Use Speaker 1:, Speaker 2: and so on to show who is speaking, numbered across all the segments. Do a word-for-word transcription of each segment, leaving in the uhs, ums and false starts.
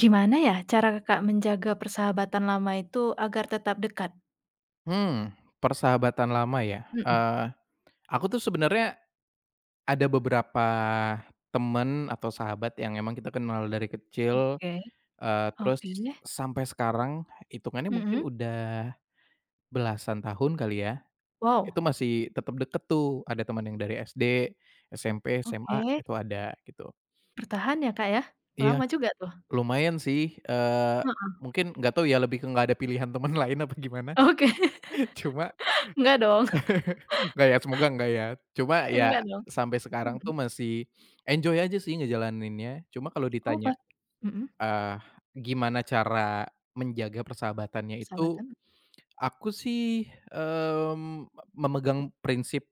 Speaker 1: Gimana ya cara Kakak menjaga persahabatan lama itu agar tetap dekat?
Speaker 2: Hmm, Persahabatan lama ya?
Speaker 1: Mhm.
Speaker 2: Eee, aku tuh sebenarnya ada beberapa temen atau sahabat yang emang kita kenal dari kecil,
Speaker 1: Oke,
Speaker 2: eee,
Speaker 1: oke.
Speaker 2: terus sampai sekarang hitungannya mungkin
Speaker 1: Mhm.
Speaker 2: udah belasan tahun kali ya,
Speaker 1: Wow.
Speaker 2: itu masih tetap deket tuh, ada teman yang dari S D, S M P, S M A,
Speaker 1: Oke.
Speaker 2: itu ada gitu.
Speaker 1: Bertahan ya, Kak, ya?
Speaker 2: Iya,
Speaker 1: Lama juga tuh.
Speaker 2: lumayan sih, eee,
Speaker 1: Heeh.
Speaker 2: mungkin nggak tahu ya lebih ke nggak ada pilihan teman lain apa gimana.
Speaker 1: Oke.
Speaker 2: Cuma
Speaker 1: Enggak dong.
Speaker 2: enggak ya, semoga enggak ya. Cuma ya
Speaker 1: Enggak dong.
Speaker 2: sampai sekarang
Speaker 1: Mhm.
Speaker 2: tuh masih enjoy aja sih ngejalaninnya. Cuma kalau
Speaker 1: Oh,
Speaker 2: ditanya,
Speaker 1: Pak. Mhm.
Speaker 2: eee, gimana cara menjaga persahabatannya itu,
Speaker 1: Persahabatan.
Speaker 2: aku sih, mmm, memegang prinsip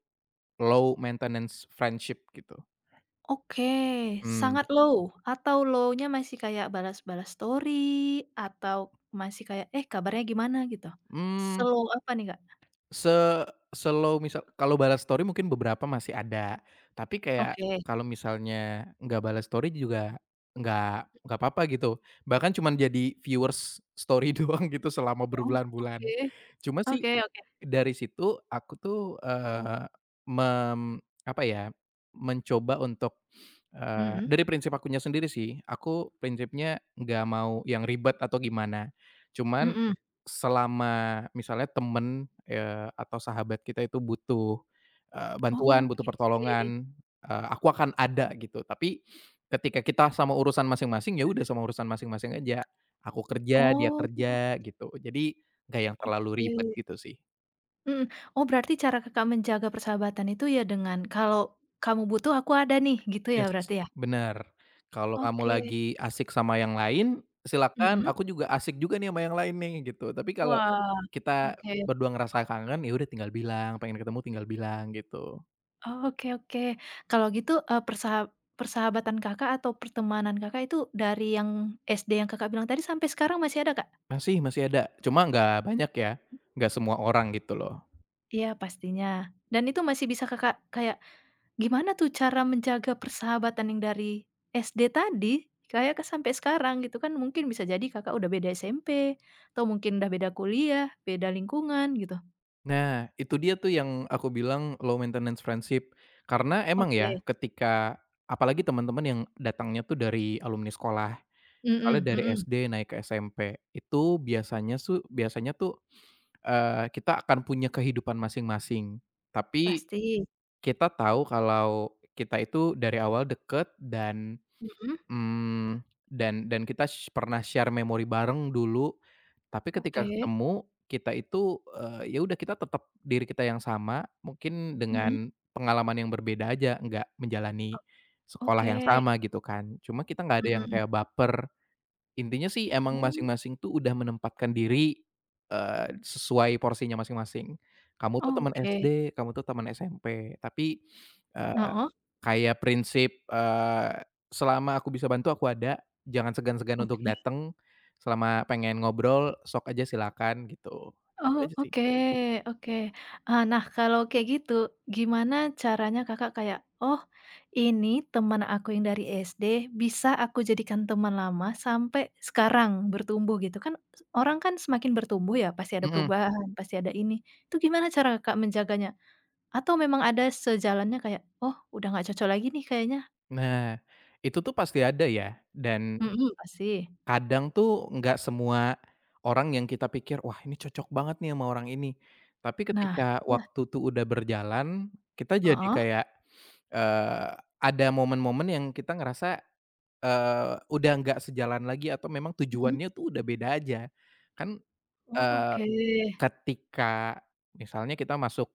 Speaker 2: low maintenance friendship gitu.
Speaker 1: Oke.
Speaker 2: Mmm,
Speaker 1: Sangat low, atau low-nya masih kayak balas-balas story, atau masih kayak, "Eh, kabarnya gimana?" gitu?
Speaker 2: mmm.
Speaker 1: Slow apa nih, Kak?
Speaker 2: Se Slow misal kalau balas story mungkin beberapa masih ada, tapi kayak
Speaker 1: Oke.
Speaker 2: kalau misalnya nggak balas story juga nggak nggak apa-apa gitu, bahkan cuman jadi viewers story doang gitu selama
Speaker 1: Oh,
Speaker 2: berbulan-bulan.
Speaker 1: oke,
Speaker 2: Cuma sih
Speaker 1: oke, oke.
Speaker 2: dari situ aku tuh, eee, mem apa ya, mencoba untuk, eee,
Speaker 1: Mhm,
Speaker 2: dari prinsip akunya sendiri sih, aku prinsipnya nggak mau yang ribet atau gimana. Cuman
Speaker 1: mhm.
Speaker 2: selama misalnya temen, eee, atau sahabat kita itu butuh, eee, bantuan, butuh
Speaker 1: Oke.
Speaker 2: pertolongan, eee, aku akan ada gitu. Tapi ketika kita sama urusan masing-masing, ya udah sama urusan masing-masing aja. Aku kerja, dia
Speaker 1: Oh,
Speaker 2: kerja gitu. Jadi nggak yang terlalu ribet
Speaker 1: oke.
Speaker 2: gitu sih.
Speaker 1: Mhm. Oh, berarti cara Kakak menjaga persahabatan itu ya dengan kalau kamu butuh aku ada nih, gitu ya
Speaker 2: Yes,
Speaker 1: berarti ya?
Speaker 2: benar. Kalau kamu
Speaker 1: Oke.
Speaker 2: lagi asik sama yang lain, silakan,
Speaker 1: Mhm.
Speaker 2: aku juga asik juga nih sama yang lain nih, gitu. Tapi kalau
Speaker 1: Wah,
Speaker 2: kita
Speaker 1: oke.
Speaker 2: berdua ngerasa kangen, ya udah tinggal bilang, pengen ketemu tinggal bilang, gitu.
Speaker 1: Oh, oke, oke. Kalau gitu, eee, persaha persahabatan Kakak atau pertemanan Kakak itu dari yang S D yang Kakak bilang tadi sampai sekarang masih ada, Kak?
Speaker 2: Masih masih ada, cuma nggak banyak ya, nggak semua orang gitu loh.
Speaker 1: Iya pastinya. Dan itu masih bisa Kakak kayak, gimana tuh cara menjaga persahabatan yang dari S D tadi, kayak ke sampai sekarang gitu kan mungkin bisa jadi Kakak udah beda S M P, atau mungkin udah beda kuliah, beda lingkungan gitu.
Speaker 2: Nah, itu dia tuh yang aku bilang low maintenance friendship, karena emang ya
Speaker 1: Oke.
Speaker 2: ketika apalagi teman-teman yang datangnya tuh dari alumni sekolah, misalnya
Speaker 1: Mhm,
Speaker 2: dari
Speaker 1: mhm.
Speaker 2: S D naik ke S M P, itu biasanya su biasanya tuh Eee, kita akan punya kehidupan masing-masing, tapi
Speaker 1: Pasti.
Speaker 2: kita tahu kalau kita itu dari awal deket dan,
Speaker 1: Mhm.
Speaker 2: mmm, dan dan kita sh pernah share memori bareng dulu, tapi ketika
Speaker 1: Oke.
Speaker 2: ketemu kita itu, eee, ya udah kita tetap diri kita yang sama, mungkin
Speaker 1: Mhm.
Speaker 2: dengan pengalaman yang berbeda aja, nggak menjalani sekolah yang
Speaker 1: Oke.
Speaker 2: sama gitu kan. Cuma kita nggak ada yang
Speaker 1: Mhm.
Speaker 2: kayak baper. Intinya sih emang
Speaker 1: Mmm.
Speaker 2: masing-masing tuh udah menempatkan diri, eee, sesuai porsinya masing-masing. Kamu tuh teman
Speaker 1: Oke.
Speaker 2: S D, kamu tuh teman S M P, tapi, eee,
Speaker 1: Heeh.
Speaker 2: kayak prinsip, eee, selama aku bisa bantu aku ada, jangan segan-segan untuk
Speaker 1: Oke.
Speaker 2: dateng, selama pengen ngobrol sok aja silakan gitu, itu
Speaker 1: Oh,
Speaker 2: aja sih.
Speaker 1: oke, oke. Eee, nah kalau kayak gitu, gimana caranya Kakak kayak, "Oh, ini teman aku yang dari S D bisa aku jadikan teman lama sampai sekarang bertumbuh," gitu kan, s orang kan semakin bertumbuh ya pasti ada
Speaker 2: Mhm,
Speaker 1: perubahan, pasti ada ini. Itu gimana cara Kakak menjaganya? Atau memang ada sejalannya kayak, "Oh, udah nggak cocok lagi nih kayaknya."
Speaker 2: nah, itu tuh pasti ada ya dan
Speaker 1: Mhm, pasti.
Speaker 2: kadang tuh nggak semua orang yang kita pikir, "Wah, ini cocok banget nih sama orang ini." Tapi
Speaker 1: Nah,
Speaker 2: ketika
Speaker 1: iya.
Speaker 2: waktu tuh udah berjalan, kita jadi
Speaker 1: Heeh.
Speaker 2: kayak, eee, ada momen-momen yang kita ngerasa, eee, udah nggak sejalan lagi atau memang
Speaker 1: Mhm.
Speaker 2: tujuannya tuh udah beda aja. Kan,
Speaker 1: Oh,
Speaker 2: eee,
Speaker 1: oke.
Speaker 2: ketika misalnya kita masuk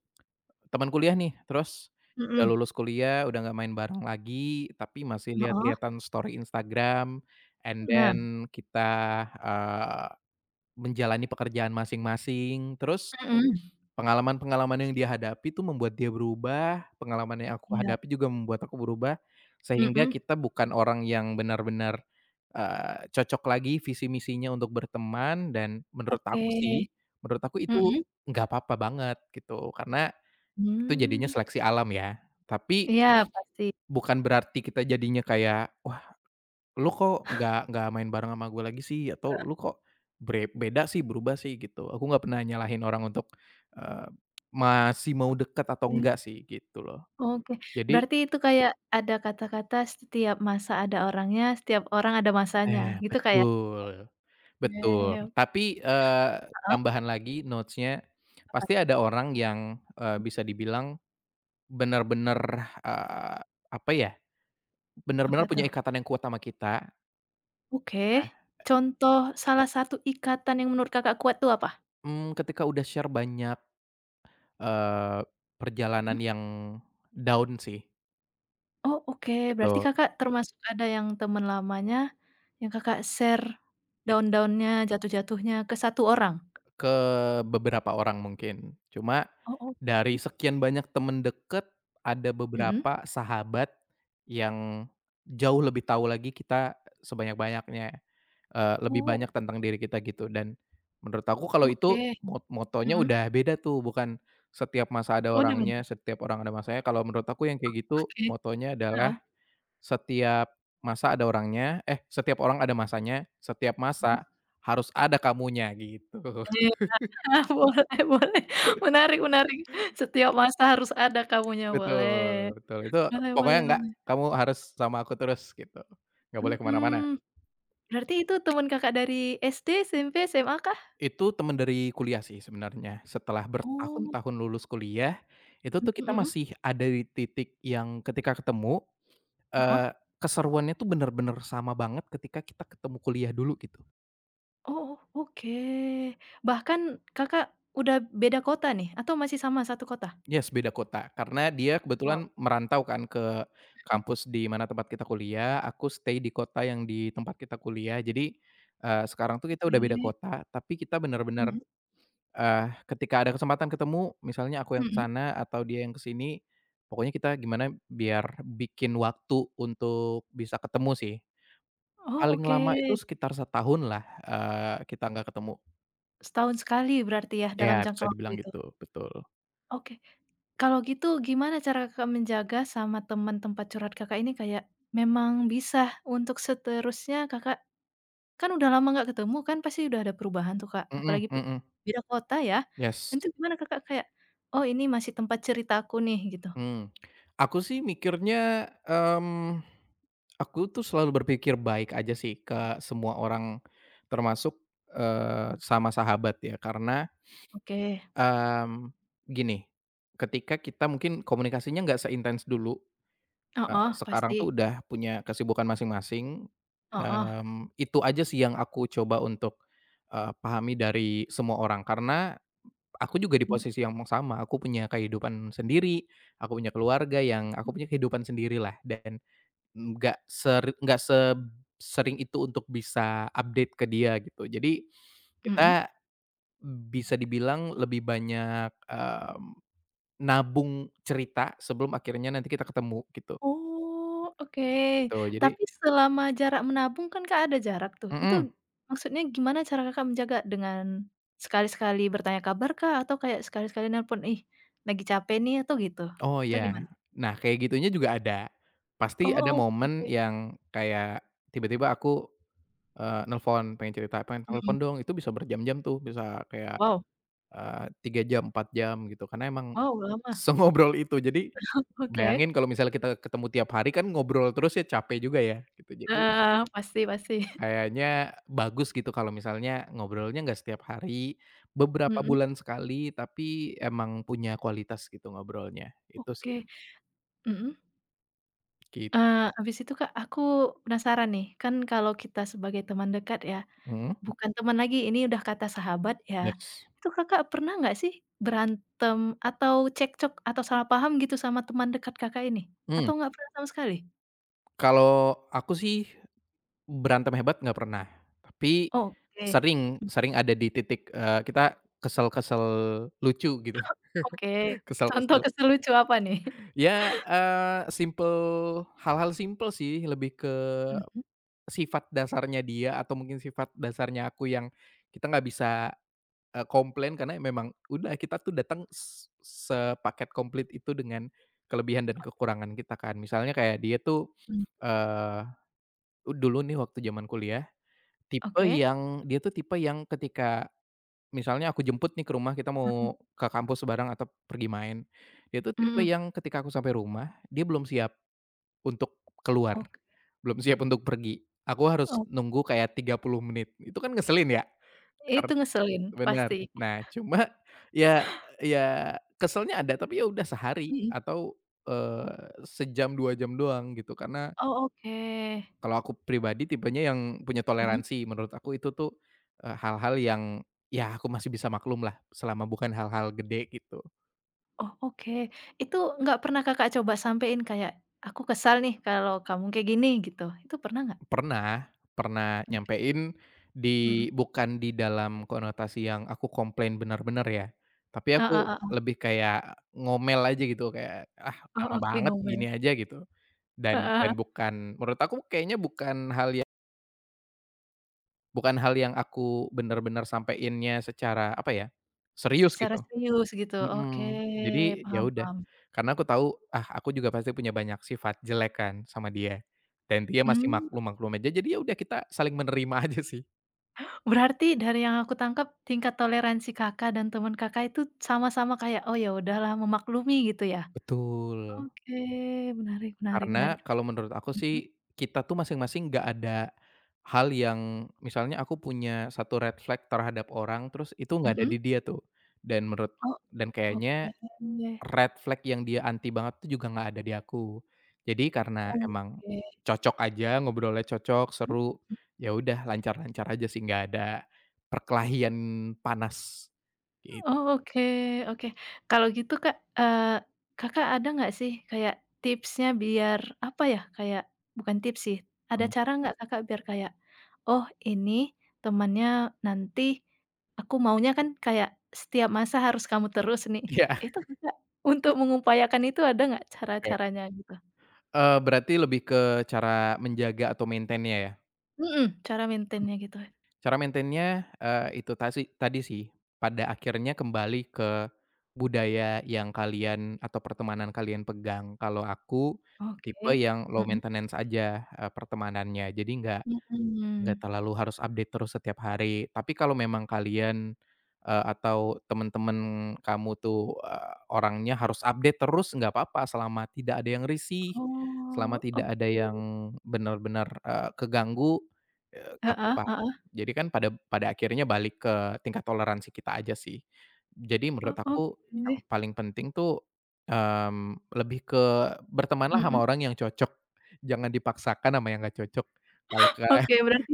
Speaker 2: teman kuliah nih, terus udah
Speaker 1: Mhm.
Speaker 2: lulus kuliah, udah nggak main bareng lagi, tapi masih
Speaker 1: Heeh.
Speaker 2: lihat-lihatan story Instagram, and
Speaker 1: Nah.
Speaker 2: then kita, eee, menjalani pekerjaan masing-masing, terus
Speaker 1: Mhm.
Speaker 2: pengalaman-pengalaman yang dia hadapi tuh membuat dia berubah, pengalaman yang aku
Speaker 1: Iya.
Speaker 2: hadapi juga membuat aku berubah, sehingga
Speaker 1: Mhm.
Speaker 2: kita bukan orang yang benar-benar, eee, cocok lagi visi misinya untuk berteman dan menurut
Speaker 1: Oke.
Speaker 2: aku sih, menurut aku itu
Speaker 1: Mhm.
Speaker 2: nggak apa-apa banget gitu, karena itu jadinya
Speaker 1: Mmm.
Speaker 2: seleksi alam ya. Tapi
Speaker 1: Iya, pasti.
Speaker 2: bukan berarti kita jadinya kayak, "Wah, lu kok nggak nggak main bareng sama gue lagi sih?" Atau,
Speaker 1: Heeh.
Speaker 2: "Lu kok bre beda sih, berubah sih?" Gitu. Aku nggak pernah nyalahin orang untuk, eee, masih mau deket atau
Speaker 1: Sih.
Speaker 2: enggak sih, gitu loh.
Speaker 1: Oke.
Speaker 2: Jadi
Speaker 1: Berarti itu kayak ada kata-kata setiap masa ada orangnya, setiap orang ada masanya
Speaker 2: eh,
Speaker 1: gitu Kak ya?
Speaker 2: betul,
Speaker 1: Oke.
Speaker 2: betul.
Speaker 1: Heeh.
Speaker 2: Tapi, eee,
Speaker 1: apa
Speaker 2: tambahan lagi notes-nya, pasti ada orang yang, eee, bisa dibilang bener-bener, eee, apa ya,
Speaker 1: Apa
Speaker 2: bener-bener punya
Speaker 1: tuh?
Speaker 2: ikatan yang kuat sama kita.
Speaker 1: Oke, contoh salah satu ikatan yang menurut Kakak kuat tuh apa?
Speaker 2: Mmm, ketika udah share banyak, eee,
Speaker 1: Mmm.
Speaker 2: perjalanan yang down sih,
Speaker 1: Oh, oke,
Speaker 2: gitu.
Speaker 1: berarti Kakak termasuk ada yang teman lamanya, yang Kakak share
Speaker 2: Yes.
Speaker 1: down-down-nya, jatuh-jatuhnya ke satu orang?
Speaker 2: Ke beberapa orang mungkin. Cuma
Speaker 1: Oh, oke.
Speaker 2: dari sekian banyak temen deket, ada
Speaker 1: Mhm.
Speaker 2: beberapa sahabat yang jauh lebih tahu lagi kita sebanyak-banyaknya, eee, lebih
Speaker 1: Oh,
Speaker 2: banyak tentang diri kita gitu dan menurut aku kalau itu
Speaker 1: oke.
Speaker 2: mo motonya
Speaker 1: Mhm.
Speaker 2: udah beda tuh, bukan setiap masa ada
Speaker 1: Udah bener.
Speaker 2: orangnya, setiap orang ada masanya, kalau menurut aku yang kayak gitu
Speaker 1: Oke.
Speaker 2: motonya
Speaker 1: Heeh.
Speaker 2: adalah setiap masa ada orangnya, eh, setiap orang ada masanya, setiap
Speaker 1: Mhm.
Speaker 2: masa harus ada kamunya gitu.
Speaker 1: Iya. Ah, boleh, boleh. Menarik, menarik. Setiap masa harus ada kamunya,
Speaker 2: Betul
Speaker 1: boleh.
Speaker 2: betul, itu
Speaker 1: Boleh,
Speaker 2: pokoknya
Speaker 1: boleh,
Speaker 2: enggak,
Speaker 1: boleh.
Speaker 2: kamu harus sama aku terus gitu, nggak boleh kemana-mana.
Speaker 1: Mhm. Berarti itu teman Kakak dari S D, S M P, S M A kah?
Speaker 2: Itu teman dari kuliah sih sebenarnya, setelah
Speaker 1: Oh.
Speaker 2: bertahun-tahun lulus kuliah, itu tuh
Speaker 1: Mhm,
Speaker 2: kita
Speaker 1: mhm.
Speaker 2: masih ada di titik yang ketika ketemu,
Speaker 1: Heeh.
Speaker 2: eee, keseruannya tuh bener-bener sama banget ketika kita ketemu kuliah dulu gitu.
Speaker 1: Oh, oh. Oke. Bahkan Kakak udah beda kota nih atau masih sama satu kota?
Speaker 2: Yes, beda kota. Karena dia
Speaker 1: Wow.
Speaker 2: kebetulan merantau kan ke
Speaker 1: Mhm.
Speaker 2: kampus di mana tempat kita kuliah, aku stay di kota yang di tempat kita kuliah. Jadi, eee, sekarang tuh kita udah beda
Speaker 1: Oke.
Speaker 2: kota, tapi kita benar-benar
Speaker 1: Mhm,
Speaker 2: eee, ketika ada kesempatan ketemu, misalnya aku yang ke
Speaker 1: mhm.
Speaker 2: sana atau dia yang ke sini, pokoknya kita gimana biar bikin waktu untuk bisa ketemu sih.
Speaker 1: Oh,
Speaker 2: Paling
Speaker 1: oke.
Speaker 2: lama itu sekitar setahun lah, eee, kita nggak ketemu.
Speaker 1: Setahun sekali berarti ya
Speaker 2: Ya,
Speaker 1: dalam jangka
Speaker 2: bisa
Speaker 1: waktu
Speaker 2: dibilang
Speaker 1: itu?
Speaker 2: gitu, betul.
Speaker 1: Oke. Kalau gitu gimana cara Kakak menjaga sama teman tempat curhat Kakak ini kayak memang bisa untuk seterusnya Kakak kan udah lama nggak ketemu kan pasti udah ada perubahan tuh, Kak,
Speaker 2: Mhm
Speaker 1: apalagi pe
Speaker 2: mhm,
Speaker 1: beda kota ya. Dan
Speaker 2: yes.
Speaker 1: itu gimana Kakak kayak, "Oh ini masih tempat ceritaku nih," gitu?
Speaker 2: Hmm, aku sih mikirnya, mmm, aku tuh selalu berpikir baik aja sih ke semua orang termasuk, eee, sama sahabat ya karena,
Speaker 1: Oke.
Speaker 2: mmm, gini, ketika kita mungkin komunikasinya nggak seintens dulu, eee,
Speaker 1: Heeh,
Speaker 2: sekarang
Speaker 1: pasti.
Speaker 2: tuh udah punya kesibukan masing-masing,
Speaker 1: Heeh.
Speaker 2: mmm, itu aja sih yang aku coba untuk, eee, pahami dari semua orang karena aku juga di
Speaker 1: Mhm,
Speaker 2: posisi yang sama, aku punya kehidupan sendiri, aku punya keluarga yang aku punya kehidupan sendirilah dan nggak seri nggak sesering itu untuk bisa update ke dia gitu. Jadi
Speaker 1: mhm.
Speaker 2: kita bisa dibilang lebih banyak, mmm, nabung cerita sebelum akhirnya nanti kita ketemu gitu,
Speaker 1: Oh, oke.
Speaker 2: gitu. Jadi.
Speaker 1: Tapi selama jarak menabung kan Kak ada jarak tuh, itu
Speaker 2: Mhm,
Speaker 1: maksudnya gimana cara Kakak menjaga? Dengan sekali-sekali bertanya kabar kah? Atau kayak sekali-sekali nelpon, "Ih, lagi capek nih," atau gitu?
Speaker 2: oh
Speaker 1: Atau gimana?
Speaker 2: ya. Nah kayak gitunya juga ada.
Speaker 1: Oh,
Speaker 2: Pasti ada
Speaker 1: oh,
Speaker 2: momen
Speaker 1: oke.
Speaker 2: yang kayak tiba-tiba aku Eee, nelfon, pengen cerita, "Pengen telepon
Speaker 1: Mhm.
Speaker 2: dong," itu bisa berjam-jam tuh, bisa kayak,
Speaker 1: Wow,
Speaker 2: eee, tiga jam, empat jam gitu, karena emang
Speaker 1: wow, lama.
Speaker 2: sengobrol itu. Jadi,
Speaker 1: Oke.
Speaker 2: bayangin kalau misalnya kita ketemu tiap hari kan ngobrol terus ya capek juga ya, gitu. Jadi,
Speaker 1: Heeh, pasti, pasti.
Speaker 2: kayaknya bagus gitu kalau misalnya ngobrolnya nggak setiap hari, beberapa
Speaker 1: Mhm.
Speaker 2: bulan sekali, tapi emang punya kualitas gitu ngobrolnya, itu sih.
Speaker 1: Oke. Mhm.
Speaker 2: Git
Speaker 1: Eee, habis itu Kak, aku penasaran nih, kan kalau kita sebagai teman dekat ya,
Speaker 2: mhm?
Speaker 1: bukan teman lagi, ini udah kata sahabat ya.
Speaker 2: Yes.
Speaker 1: Itu Kakak pernah nggak sih berantem atau cekcok atau salah paham gitu sama teman dekat Kakak ini? Atau
Speaker 2: Mmm,
Speaker 1: nggak pernah sama sekali?
Speaker 2: Kalau aku sih berantem hebat nggak pernah, tapi
Speaker 1: Oke.
Speaker 2: sering sering ada di titik, eee, kita kesel-kesel lucu gitu,
Speaker 1: Oke. Contoh
Speaker 2: kesel-kesel.
Speaker 1: kesel lucu apa nih?
Speaker 2: Ya, eee, simpel hal-hal simpel sih, lebih ke
Speaker 1: Mhm,
Speaker 2: sifat dasarnya dia atau mungkin sifat dasarnya aku yang kita nggak bisa, eee, komplain karena memang udah kita tuh datang s sepaket komplit itu dengan kelebihan dan kekurangan kita kan. Misalnya kayak dia tuh,
Speaker 1: mhm.
Speaker 2: eee, dulu nih waktu zaman kuliah, tipe
Speaker 1: Oke.
Speaker 2: yang dia tuh tipe yang ketika misalnya aku jemput nih ke rumah, kita
Speaker 1: Mhm,
Speaker 2: mau ke kampus bareng atau pergi main. Dia tuh tipe
Speaker 1: mhm.
Speaker 2: yang ketika aku sampai rumah, dia belum siap untuk keluar,
Speaker 1: Oke,
Speaker 2: belum siap untuk pergi. Aku harus
Speaker 1: ok,
Speaker 2: nunggu kayak tiga puluh menit, itu kan ngeselin ya. Kar
Speaker 1: itu ngeselin
Speaker 2: Bener.
Speaker 1: pasti.
Speaker 2: Nah, cuma ya ya keselnya ada, tapi ya udah sehari
Speaker 1: Mhm.
Speaker 2: atau, eee, sejam, dua jam doang gitu, karena
Speaker 1: Oh, oke.
Speaker 2: kalau aku pribadi tipenya yang punya
Speaker 1: Mhm.
Speaker 2: toleransi, menurut aku itu tuh, eee, hal-hal yang, ya aku masih bisa maklum lah, selama bukan hal-hal gede gitu.
Speaker 1: Oh, oke. Itu nggak pernah Kakak coba sampein kayak, "Aku kesal nih kalau kamu kayak gini," gitu? Itu pernah nggak?
Speaker 2: Pernah pernah
Speaker 1: Oke.
Speaker 2: nyampein di
Speaker 1: Mhm.
Speaker 2: bukan di dalam konotasi yang aku komplain bener-bener ya, tapi
Speaker 1: Heeh,
Speaker 2: aku
Speaker 1: heeh.
Speaker 2: lebih kayak ngomel aja gitu, kayak, "Ah
Speaker 1: Oh,
Speaker 2: lama
Speaker 1: oke,
Speaker 2: banget
Speaker 1: ngomel.
Speaker 2: begini aja," gitu. Dan
Speaker 1: Heeh,
Speaker 2: dan
Speaker 1: heeh.
Speaker 2: bukan menurut aku kayaknya bukan hal yang bukan hal yang aku bener-bener sampeinnya secara, apa ya, serius
Speaker 1: Secara
Speaker 2: gitu.
Speaker 1: serius gitu, oke,
Speaker 2: Mhm, jadi ya
Speaker 1: paham,
Speaker 2: udah,
Speaker 1: paham.
Speaker 2: karena aku tahu, ah, aku juga pasti punya banyak sifat jelek kan sama dia, dan dia masih
Speaker 1: Mmm,
Speaker 2: maklum-maklum aja, jadi ya udah kita saling menerima aja sih.
Speaker 1: berarti dari yang aku tangkap tingkat toleransi Kakak dan teman Kakak itu sama-sama kayak, "Oh, ya udahlah memaklumi," gitu ya?
Speaker 2: Betul,
Speaker 1: Oke, menarik, menarik, menarik.
Speaker 2: karena kalau menurut aku
Speaker 1: Mhm,
Speaker 2: sih, kita tuh masing-masing nggak ada hal yang misalnya aku punya satu red flag terhadap orang, terus itu nggak ada
Speaker 1: mhm.
Speaker 2: di dia tuh, dan menurut
Speaker 1: Oh,
Speaker 2: dan
Speaker 1: oke.
Speaker 2: kayaknya red flag yang dia anti banget tuh juga nggak ada di aku. Jadi karena emang
Speaker 1: Oke.
Speaker 2: cocok aja, ngobrolnya cocok, seru, ya udah lancar-lancar aja sih, nggak ada perkelahian panas, gitu.
Speaker 1: Oh, oke, oke. Kalau gitu Kak, eee, Kakak ada nggak sih kayak tipsnya biar, apa ya, kayak bukan tips sih, ada cara nggak Kakak biar kayak, "Oh ini temannya nanti aku maunya kan kayak setiap masa harus kamu terus nih."
Speaker 2: Iya,
Speaker 1: Itu Kakak untuk mengupayakan itu ada nggak
Speaker 2: oke.
Speaker 1: cara-caranya gitu?
Speaker 2: Eee, berarti lebih ke cara menjaga atau maintain-nya ya?
Speaker 1: Mhm, cara maintain-nya gitu.
Speaker 2: Cara maintain-nya, eee, itu tasi tadi sih, pada akhirnya kembali budaya yang kalian atau pertemanan kalian pegang. Kalau aku
Speaker 1: Oke.
Speaker 2: tipe yang low
Speaker 1: Mhm.
Speaker 2: maintenance aja, eee, pertemanannya. Jadi nggak Nggak
Speaker 1: Mhm.
Speaker 2: terlalu harus update terus setiap hari. Tapi kalau memang kalian, eee, atau teman-teman kamu tuh, eee, orangnya harus update terus nggak apa-apa selama tidak ada yang risih, selama
Speaker 1: Oh,
Speaker 2: tidak
Speaker 1: oke.
Speaker 2: ada yang benar-benar, eee, keganggu, eee, nggak
Speaker 1: Heeh,
Speaker 2: apa-apa.
Speaker 1: heeh.
Speaker 2: Jadi kan pada pada akhirnya balik ke tingkat toleransi kita aja sih. Jadi menurut
Speaker 1: Oh, oke.
Speaker 2: aku yang paling penting tuh, mmm, lebih ke bertemanlah
Speaker 1: Mhm.
Speaker 2: sama orang yang cocok, jangan dipaksakan sama yang nggak cocok. Kalau ke
Speaker 1: Oke, berarti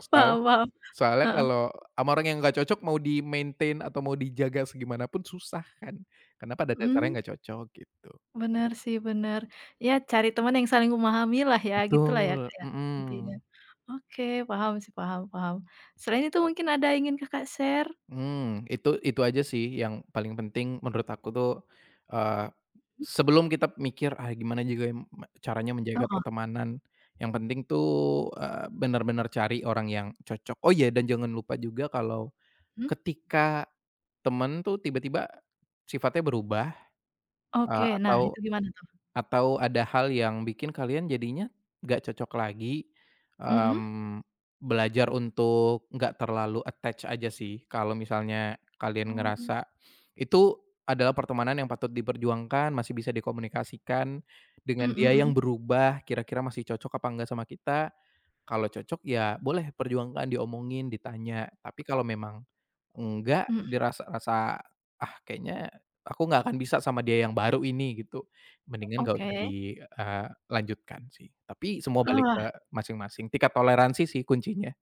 Speaker 2: Soal
Speaker 1: paham, paham.
Speaker 2: soalnya
Speaker 1: Heeh.
Speaker 2: kalau sama orang yang nggak cocok mau di-maintain atau mau dijaga segimana pun susah kan, karena pada
Speaker 1: Mmm,
Speaker 2: dasarnya nggak cocok gitu.
Speaker 1: bener sih, bener. Ya cari teman yang saling memahamilah ya, gitulah ya, Kak,
Speaker 2: Betul,
Speaker 1: ya, intinya.
Speaker 2: mhm,
Speaker 1: Oke, paham sih, paham, paham. Selain itu mungkin ada ingin Kakak share?
Speaker 2: mmm, itu itu aja sih yang paling penting menurut aku tuh, eee,
Speaker 1: Mhm.
Speaker 2: sebelum kita mikir, "Ah, gimana juga m caranya menjaga
Speaker 1: Heeh.
Speaker 2: pertemanan?" Yang penting tuh, eee, benar bener cari orang yang cocok. Oh iya, dan jangan lupa juga kalau
Speaker 1: Mhm.
Speaker 2: ketika temen tuh tiba-tiba sifatnya berubah,
Speaker 1: Oke,
Speaker 2: eee,
Speaker 1: nah
Speaker 2: atau
Speaker 1: itu gimana tuh?
Speaker 2: Atau ada hal yang bikin kalian jadinya nggak cocok lagi,
Speaker 1: Mhm?
Speaker 2: mmm, belajar untuk nggak terlalu attach aja sih, kalau misalnya kalian
Speaker 1: Oh. Mhm,
Speaker 2: ngerasa itu adalah pertemanan yang patut diperjuangkan, masih bisa dikomunikasikan dengan dia
Speaker 1: mhm,
Speaker 2: yang berubah, kira-kira masih cocok apa enggak sama kita. Kalau cocok ya boleh perjuangkan, diomongin, ditanya, tapi kalau memang enggak,
Speaker 1: mhm.
Speaker 2: dirasa-rasa, "Ah kayaknya aku nggak akan bisa sama dia yang baru ini," gitu. Mendingan nggak usah
Speaker 1: Oke.
Speaker 2: dilanjutkan sih. Tapi semua balik
Speaker 1: Wah.
Speaker 2: ke masing-masing, tingkat toleransi sih kuncinya.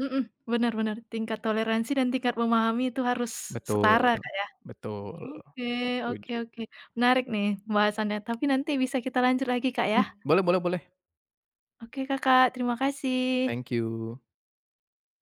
Speaker 1: Mhm. Bener, bener. Tingkat toleransi dan tingkat memahami itu harus
Speaker 2: Betul,
Speaker 1: setara, Kak, ya.
Speaker 2: betul,
Speaker 1: Oke, oke,
Speaker 2: setuju.
Speaker 1: oke. Menarik nih pembahasannya, tapi nanti bisa kita lanjut lagi, Kak, ya.
Speaker 2: Boleh boleh boleh.
Speaker 1: Oke Kakak, terima kasih.
Speaker 2: Thank you.